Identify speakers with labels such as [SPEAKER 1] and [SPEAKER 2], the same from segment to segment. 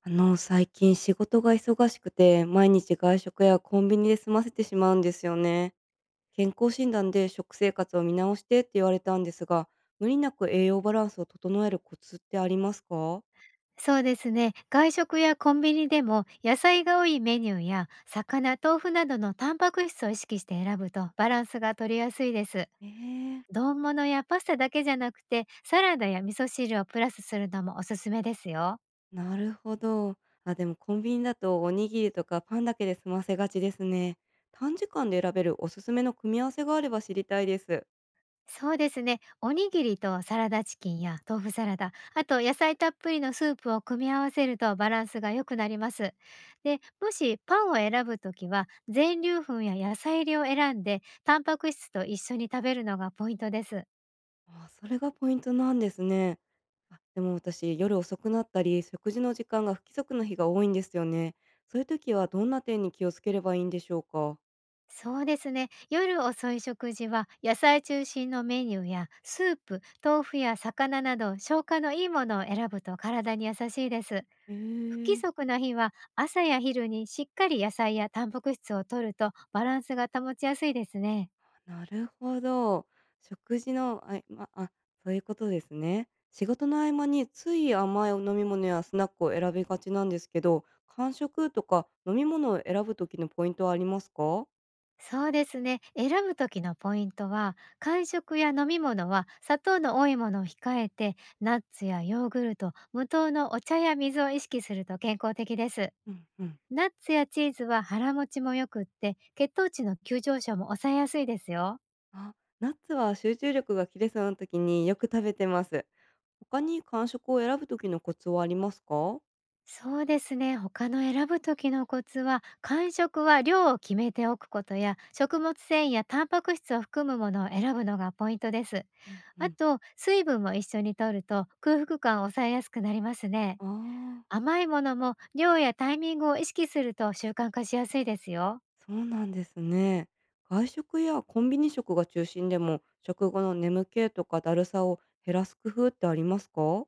[SPEAKER 1] 最近仕事が忙しくて、毎日外食やコンビニで済ませてしまうんですよね。健康診断で食生活を見直してって言われたんですが、無理なく栄養バランスを整えるコツってありますか？
[SPEAKER 2] そうですね。外食やコンビニでも野菜が多いメニューや魚、豆腐などのタンパク質を意識して選ぶとバランスが取りやすいです。
[SPEAKER 1] ええ。
[SPEAKER 2] 丼物やパスタだけじゃなくてサラダや味噌汁をプラスするのもおすすめですよ。
[SPEAKER 1] なるほど。あ、でもコンビニだとおにぎりとかパンだけで済ませがちですね。短時間で選べるおすすめの組み合わせがあれば知りたいです。
[SPEAKER 2] そうですね。おにぎりとサラダチキンや豆腐サラダ、あと野菜たっぷりのスープを組み合わせるとバランスが良くなります。で、もしパンを選ぶときは全粒粉や野菜入りを選んで、タンパク質と一緒に食べるのがポイントです。
[SPEAKER 1] あ、それがポイントなんですね。あ、でも私、夜遅くなったり、食事の時間が不規則な日が多いんですよね。そういう時はどんな点に気をつければいいんでしょうか？
[SPEAKER 2] そうですね。夜遅い食事は野菜中心のメニューやスープ、豆腐や魚など消化のいいものを選ぶと体に優しいです。
[SPEAKER 1] え
[SPEAKER 2] 不規
[SPEAKER 1] ー。
[SPEAKER 2] 則な日は朝や昼にしっかり野菜やタンパク質を摂るとバランスが保ちやすいですね。
[SPEAKER 1] なるほど。食事の合間あ、そういうことですね。仕事の合間につい甘いお飲み物やスナックを選びがちなんですけど、間食とか飲み物を選ぶ時のポイントはありますか？
[SPEAKER 2] そうですね。選ぶ時のポイントは、間食や飲み物は砂糖の多いものを控えて、ナッツやヨーグルト、無糖のお茶や水を意識すると健康的です。
[SPEAKER 1] うんうん。
[SPEAKER 2] ナッツやチーズは腹持ちも良くって、血糖値の急上昇も抑えやすいですよ。
[SPEAKER 1] あ、ナッツは集中力が切れそうな時によく食べてます。他に間食を選ぶ時のコツはありますか？
[SPEAKER 2] そうですね。他の選ぶ時のコツは、間食は量を決めておくことや、食物繊維やタンパク質を含むものを選ぶのがポイントです。
[SPEAKER 1] うんう
[SPEAKER 2] あ
[SPEAKER 1] ん。
[SPEAKER 2] と、水分も一緒に摂ると空腹感を抑えやすくなりますね。
[SPEAKER 1] ああ、
[SPEAKER 2] 甘いものも量やタイミングを意識すると習慣化しやすいですよ。
[SPEAKER 1] そうなんですね。外食やコンビニ食が中心でも、食後の眠気とかだるさを減らす工夫ってありますか？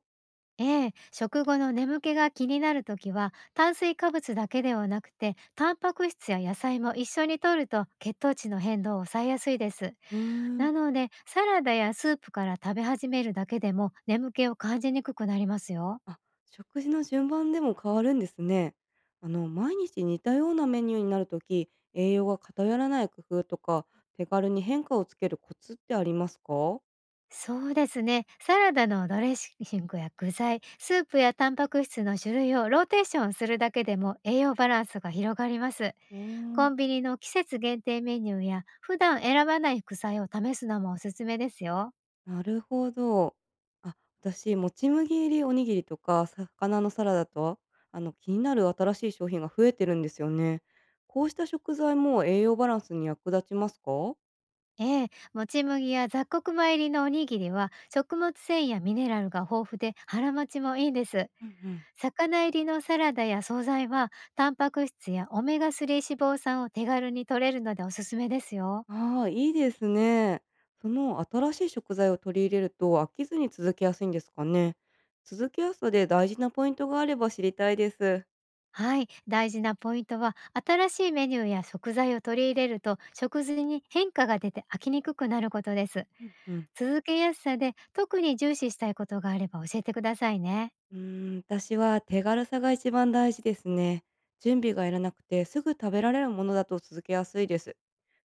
[SPEAKER 2] ええ、食後の眠気が気になるときは、炭水化物だけではなくて、タンパク質や野菜も一緒に摂ると血糖値の変動を抑えやすいです。
[SPEAKER 1] うーん。
[SPEAKER 2] なので、サラダやスープから食べ始めるだけでも眠気を感じにくくなりますよ。
[SPEAKER 1] あ、食事の順番でも変わるんですね。毎日似たようなメニューになるとき、栄養が偏らない工夫とか、手軽に変化をつけるコツってありますか？
[SPEAKER 2] そうですね。サラダのドレッシングや具材、スープやタンパク質の種類をローテーションするだけでも栄養バランスが広がります。
[SPEAKER 1] うー
[SPEAKER 2] コ
[SPEAKER 1] ん。
[SPEAKER 2] ンビニの季節限定メニューや普段選ばない副菜を試すのもおすすめですよ。
[SPEAKER 1] なるほど。あ、私、もち麦入りおにぎりとか魚のサラダと、気になる新しい商品が増えてるんですよね。こうした食材も栄養バランスに役立ちますか？
[SPEAKER 2] ええ、もち麦や雑穀米入りのおにぎりは食物繊維やミネラルが豊富で腹持ちもいいんです。
[SPEAKER 1] うんうん。
[SPEAKER 2] 魚入りのサラダや惣菜はタンパク質やオメガ3脂肪酸を手軽に摂れるのでおすすめですよ。
[SPEAKER 1] ああ、いいですね。その新しい食材を取り入れると飽きずに続けやすいんですかね。続けやすさで大事なポイントがあれば知りたいです。
[SPEAKER 2] はい、大事なポイントは、新しいメニューや食材を取り入れると食事に変化が出て飽きにくくなることです。
[SPEAKER 1] うんうん。
[SPEAKER 2] 続けやすさで特に重視したいことがあれば教えてくださいね。
[SPEAKER 1] うーん、私は手軽さが一番大事ですね。準備がいらなくてすぐ食べられるものだと続けやすいです。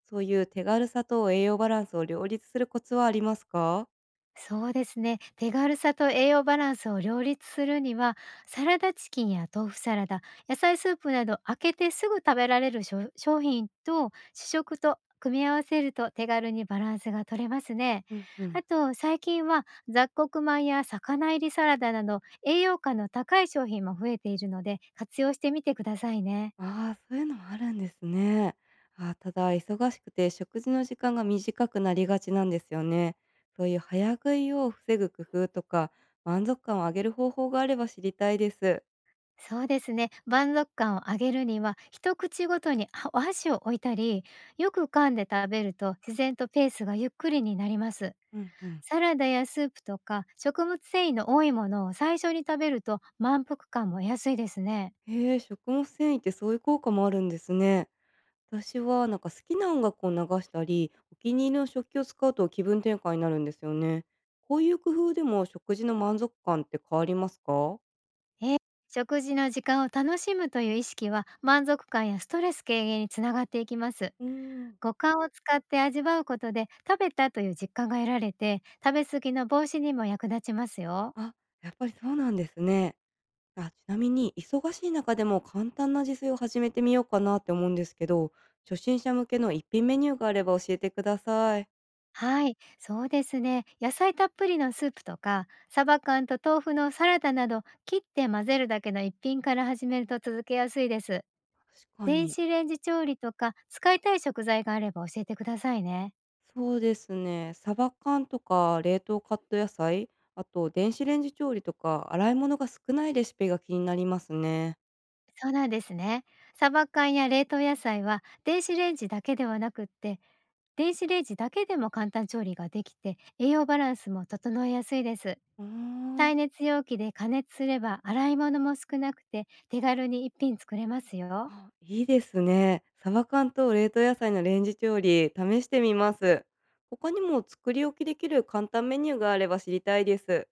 [SPEAKER 1] そういう手軽さと栄養バランスを両立するコツはありますか？
[SPEAKER 2] そうですね。手軽さと栄養バランスを両立するには、サラダチキンや豆腐サラダ、野菜スープなど開けてすぐ食べられる商品と主食と組み合わせると手軽にバランスが取れますね。
[SPEAKER 1] うんうん。
[SPEAKER 2] あと、最近は雑穀米や魚入りサラダなど栄養価の高い商品も増えているので活用してみてくださいね。
[SPEAKER 1] ああ、そういうのもあるんですね。ああ、ただ忙しくて食事の時間が短くなりがちなんですよね。そういう早食いを防ぐ工夫とか満足感を上げる方法があれば知りたいです。
[SPEAKER 2] そうですね。満足感を上げるには、一口ごとにはお箸を置いたり、よく噛んで食べると自然とペースがゆっくりになります。
[SPEAKER 1] うんうん。
[SPEAKER 2] サラダやスープとか食物繊維の多いものを最初に食べると満腹感も安いですね。
[SPEAKER 1] へえ、食物繊維ってそういう効果もあるんですね。私はなんか好きな音楽を流したり、お気に入りの食器を使うと気分転換になるんですよね。こういう工夫でも食事の満足感って変わりますか？
[SPEAKER 2] えー食事の時間を楽しむという意識は、満足感やストレス軽減につながっていきます。
[SPEAKER 1] うーん。
[SPEAKER 2] 五感を使って味わうことで食べたという実感が得られて、食べ過ぎの防止にも役立ちますよ。
[SPEAKER 1] あ、やっぱりそうなんですね。あ、ちなみに忙しい中でも簡単な自炊を始めてみようかなって思うんですけど、初心者向けの一品メニューがあれば教えてください。
[SPEAKER 2] はい、そうですね。野菜たっぷりのスープとか、サバ缶と豆腐のサラダなど、切って混ぜるだけの一品から始めると続けやすいです。
[SPEAKER 1] 確か
[SPEAKER 2] 電
[SPEAKER 1] に。
[SPEAKER 2] 子レンジ調理とか、使いたい食材があれば教えてくださいね。
[SPEAKER 1] そうですね。サバ缶とか冷凍カット野菜、あと電子レンジ調理とか洗い物が少ないレシピが気になりますね。
[SPEAKER 2] そうなんですね。サバ缶や冷凍野菜は、電子レンジだけではなくって、電子レンジだけでも簡単調理ができて、栄養バランスも整えやすいです。
[SPEAKER 1] うーん。
[SPEAKER 2] 耐熱容器で加熱すれば洗い物も少なくて手軽に一品作れますよ。
[SPEAKER 1] あ、いいですね。サバ缶と冷凍野菜のレンジ調理、試してみます。他にも作り置きできる簡単メニューがあれば知りたいです。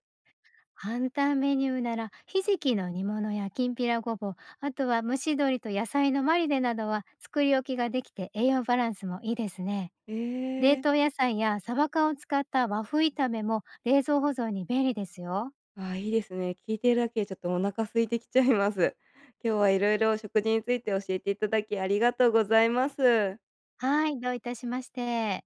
[SPEAKER 2] 簡単メニューなら、ひじきの煮物やきんぴらごぼう、あとは蒸し鶏と野菜のマリネなどは作り置きができて栄養バランスもいいですね。
[SPEAKER 1] え
[SPEAKER 2] 冷
[SPEAKER 1] ー、
[SPEAKER 2] 凍野菜やサバ缶を使った和風炒めも冷蔵保存に便利ですよ。
[SPEAKER 1] あ、いいですね。聞いてるだけでちょっとお腹空いてきちゃいます。今日はいろいろ食事について教えていただきありがとうございます。
[SPEAKER 2] はい、どういたしまして。